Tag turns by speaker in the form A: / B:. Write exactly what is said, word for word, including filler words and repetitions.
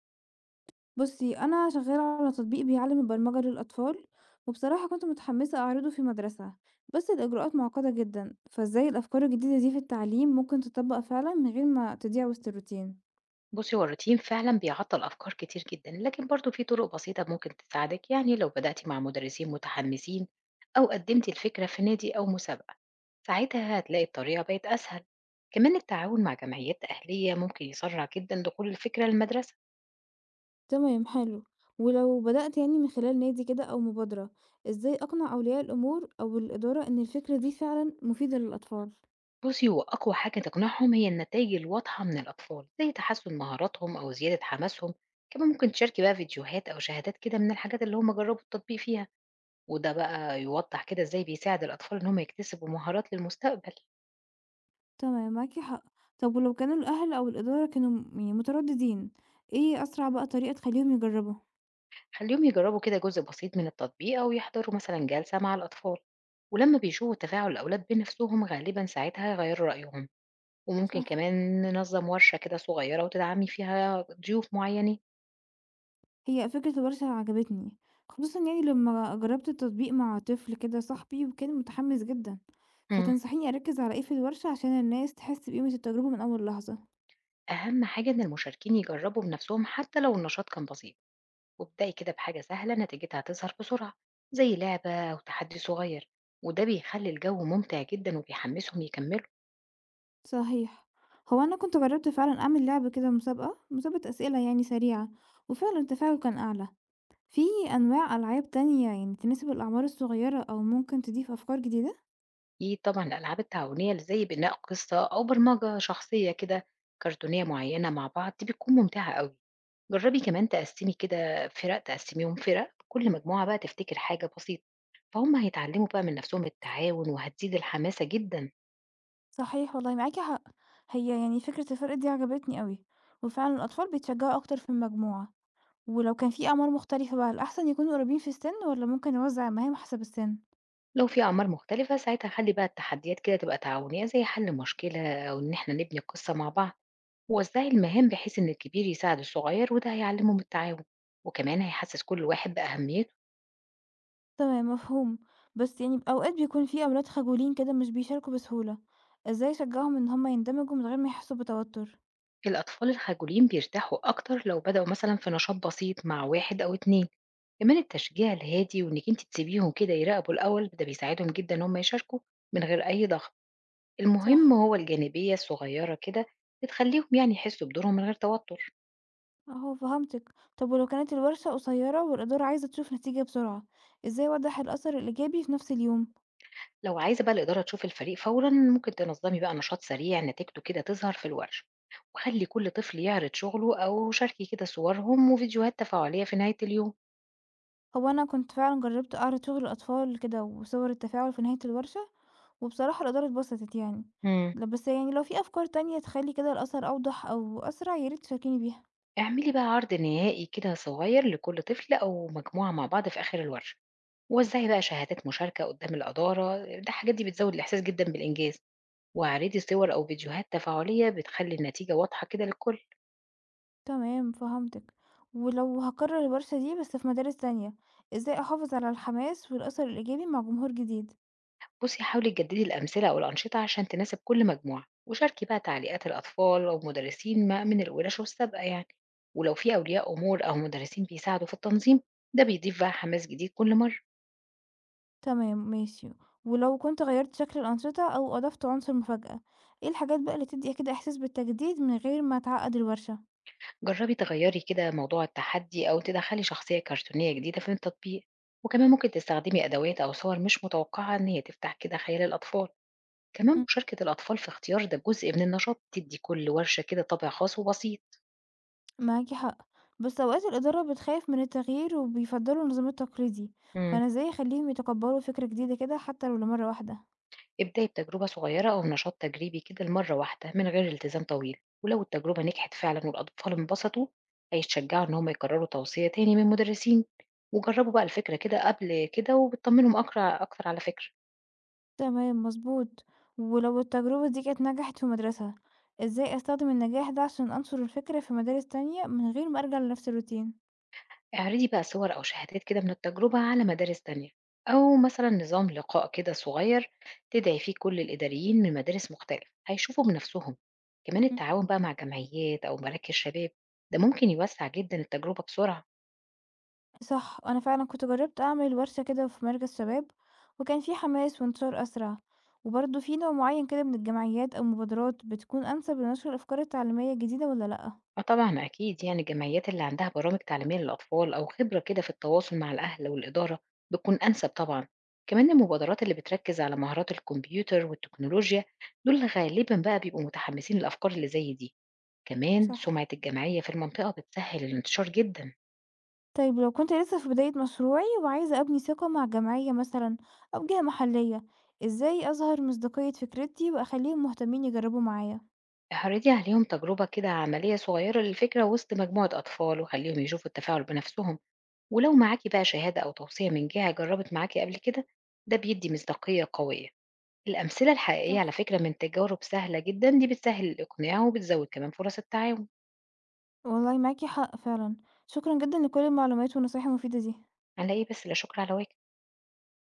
A: بُصّي، أنا شغّالة على تطبيق بيعلّم البرمجة للأطفال، وبصراحة كنت متحمّسة أعرضه في مدرسة، بس الإجراءات معقدة جدًا، فإزاي الأفكار الجديدة دي في التعليم ممكن تطبّق فعلًا من غير ما تضيع وسط الروتين؟
B: بُصّي، هو الروتين فعلًا بيعطّل أفكار كتير جدًا، لكن برضه في طرق بسيطة ممكن تساعدِك، يعني لو بدأتِ مع مدرسين متحمسين أو قدّمتِ الفكرة في نادي أو مسابقة، ساعتها هتلاقي الطريقة بقت أسهل، كمان التعاون مع جمعيات أهلية ممكن يسرّع جدًا دخول الفكرة للمدرسة.
A: تمام حلو، ولو بدأت يعني من خلال نادي كده أو مبادرة، إزاي أقنع أولياء الأمور أو الإدارة إن الفكرة دي فعلًا مفيدة للأطفال؟
B: بُصّي، هو أقوى حاجة تقنعهم هي النتايج الواضحة من الأطفال، زي تحسُّن مهاراتهم أو زيادة حماسهم، كمان ممكن تشاركي بقى فيديوهات أو شهادات كده من الحاجات اللي هُم جرّبوا التطبيق فيها. وده بقى يوضح كده إزاي بيساعد الأطفال إن هم يكتسبوا مهارات للمستقبل.
A: تمام، معاكِ حق. طب ولو كانوا الأهل أو الإدارة كانوا م يعني مترددين، إيه أسرع بقى طريقة تخلّيهم يجرّبوا؟
B: خليهم يجربوا كده جزء بسيط من التطبيق أو يحضروا مثلا جلسة مع الأطفال، ولما بيشوفوا تفاعل الأولاد بنفسهم غالبا ساعتها يغيروا رأيهم، وممكن
A: صح.
B: كمان ننظم ورشة كده صغيرة وتدعمي فيها ضيوف معينين.
A: هي فكرة الورشة عجبتني، خصوصًا يعني لمّا جرّبت التطبيق مع طفل كده صاحبي وكان متحمس جدًا،
B: مم.
A: فتنصحيني أركّز على إيه في الورشة عشان الناس تحس بقيمة التجربة من أول لحظة؟
B: أهم حاجة إن المشاركين يجربوا بنفسهم حتى لو النشاط كان بسيط، وابدأي كده بحاجة سهلة نتيجتها هتظهر بسرعة، زي لعبة أو تحدي صغير، وده بيخلي الجو ممتع جدا وبيحمسهم يكملوا.
A: صحيح، هو أنا كنت جرّبت فعلًا أعمل لعبة كده مسابقة، مسابقة أسئلة يعني سريعة، وفعلًا التفاعل كان أعلى، في أنواع ألعاب تانية يعني تناسب الأعمار الصغيرة أو ممكن تضيف أفكار جديدة؟
B: أكيد طبعًا الألعاب التعاونية اللي زي بناء قصة أو برمجة شخصية كده كرتونية معينة مع بعض دي بتكون ممتعة أوي، جربي كمان تقسّمي كده فرق، تقسّميهم فرق، كل مجموعة بقى تفتكر حاجة بسيطة، فهُم هيتعلموا بقى من نفسهم التعاون وهتزيد الحماسة جدًا.
A: صحيح والله معاكِ حق، هي يعني فكرة الفرق دي عجبتني أوي، وفعلًا الأطفال بيتشجعوا أكتر في المجموعة. ولو كان في أعمار مختلفة بقى الأحسن يكونوا قريبين في السن والّا ممكن نوزع المهام حسب السن؟
B: لو في أعمار مختلفة ساعتها خلّي بقى التحديات كده تبقى تعاونية، زي حل مشكلة أو إن إحنا نبني قصة مع بعض، ووزّعي المهام بحيث إن الكبير يساعد الصغير وده هيعلمهم التعاون، وكمان هيحسّس كل واحد بأهمية.
A: تمام مفهوم، بس يعني أوقات بيكون في أولاد خجولين كده مش بيشاركوا بسهولة، إزاي أشجعهم إن هما يندمجوا من غير ما يحسوا بتوتر؟
B: الأطفال الخجولين بيرتاحوا أكتر لو بدأوا مثلا في نشاط بسيط مع واحد أو اتنين، كمان التشجيع الهادي وإنك انت تسيبيهم كده يراقبوا الأول ده بيساعدهم جدا إن هم يشاركوا من غير أي ضغط. المهم
A: صح.
B: هو الجانبية الصغيرة كده بتخليهم يعني يحسوا بدورهم من غير توتر.
A: أهو فهمتك، طب ولو كانت الورشة قصيرة والإدارة عايزة تشوف نتيجة بسرعة، إزاي أوضح الأثر الإيجابي في نفس اليوم؟
B: لو عايزة بقى الإدارة تشوف الفريق فورا ممكن تنظمي بقى نشاط سريع نتيجته كده تظهر في الورش، وخلي كل طفل يعرض شغله أو شاركي كده صورهم وفيديوهات تفاعلية في نهاية اليوم.
A: هو أنا كنت فعلا جربت أعرض شغل الأطفال كده وصور التفاعل في نهاية الورشة وبصراحة الإدارة اتبسطت يعني،
B: مم.
A: ل بس يعني لو في أفكار تانية تخلّي كده الأثر أوضح أو أسرع يا ريت تشاركيني بيها.
B: اعملي بقى عرض نهائي كده صغير لكل طفل أو مجموعة مع بعض في آخر الورشة، وزعي بقى شهادات مشاركة قدام الإدارة، ده الحاجات دي بتزود الإحساس جدا بالإنجاز، واعرضي صور أو فيديوهات تفاعلية بتخلي النتيجة واضحة كده للكل.
A: تمام فهمتِك، ولو هاكرر الورشة دي بس في مدارس تانية، إزاي أحافظ على الحماس والأثر الإيجابي مع جمهور جديد؟
B: بصي حاولي تجددي الأمثلة أو الأنشطة عشان تناسب كل مجموعة، وشاركي بقى تعليقات الأطفال أو مدرسين ما- من الورش السابقة يعني، ولو في أولياء أمور أو مدرسين بيساعدوا في التنظيم ده بيضيف بقى حماس جديد كل مرة.
A: تمام ماشي، ولو كنت غيّرت شكل الأنشطة أو أضفت عنصر مفاجأة، إيه الحاجات بقى اللي تدّي كده إحساس بالتجديد من غير ما تعقد الورشة؟
B: جربي تغيري كده موضوع التحدي أو تدخلي شخصية كرتونية جديدة في التطبيق، وكمان ممكن تستخدمي أدوات أو صور مش متوقعة إن هي تفتح كده خيال الأطفال، كمان مشاركة الأطفال في اختيار ده جزء من النشاط تدي كل ورشة كده طابع خاص وبسيط.
A: معاكِ حق، بس أوقات الإدارة بتخاف من التغيير وبيفضّلوا النظام التقليدي،
B: مم.
A: فأنا إزاي أخلّيهم يتقبّلوا فكرة جديدة كده حتى لو لمرّة واحدة؟
B: ابدأي بتجربة صغيرة أو نشاط تجريبي كده لمرة واحدة من غير التزام طويل، ولو التجربة نجحت فعلا والأطفال انبسطوا هيتشجعوا إن هم يكرروا، توصية تاني من المدرسين وجربوا بقى الفكرة كده قبل كده وبتطمنهم أكتر أكتر على فكرة.
A: تمام، مضبوط. ولو التجربة دي كانت نجحت في مدرسة، إزاي أستخدم النجاح ده عشان أنشر الفكرة في مدارس تانية من غير ما أرجع لنفس الروتين؟
B: اعرضي بقى صور أو شهادات كده من التجربة على مدارس تانية، أو مثلا نظام لقاء كده صغير تدعي فيه كل الإداريين من مدارس مختلفة هيشوفوا بنفسهم، كمان
A: إمم.
B: التعاون بقى مع جمعيات أو مراكز شباب ده ممكن يوسع جدا التجربة بسرعة.
A: صح، أنا فعلًا كنت جرّبت أعمل ورشة كده في مركز شباب، وكان في حماس وانتشار أسرع، وبرضه في نوع معيّن كده من الجمعيات أو مبادرات بتكون أنسب لنشر الأفكار التعليمية الجديدة والّا لأ؟
B: اه طبعا أكيد يعني الجمعيات اللي عندها برامج تعليمية للأطفال أو خبرة كده في التواصل مع الأهل والإدارة بتكون أنسب طبعا، كمان المبادرات اللي بتركز على مهارات الكمبيوتر والتكنولوجيا دول غالبا بقى بيبقوا متحمسين للأفكار اللي زي دي، كمان
A: صح.
B: سمعة الجمعية في المنطقة بتسهل الانتشار جدا.
A: طيب لو كنت لسه في بداية مشروعي وعايزة أبني ثقة مع جمعية مثلا أو جهة محلية، إزاي أظهر مصداقية فكرتي وأخليهم مهتمين يجربوا معايا؟
B: اعرضي عليهم تجربة كده عملية صغيرة للفكرة وسط مجموعة أطفال وخليهم يشوفوا التفاعل بنفسهم، ولو معاكي بقى شهادة أو توصية من جهة جربت معاكي قبل كده ده بيدي مصداقية قوية. الأمثلة الحقيقية على
A: صح
B: فكرة من تجارب سهلة جدا دي بتسهل الإقناع وبتزود كمان فرص التعاون.
A: والله معاكي حق فعلا. شكرا جدا لكل المعلومات والنصايح المفيدة دي.
B: على إيه بس، لا شكر على واجب.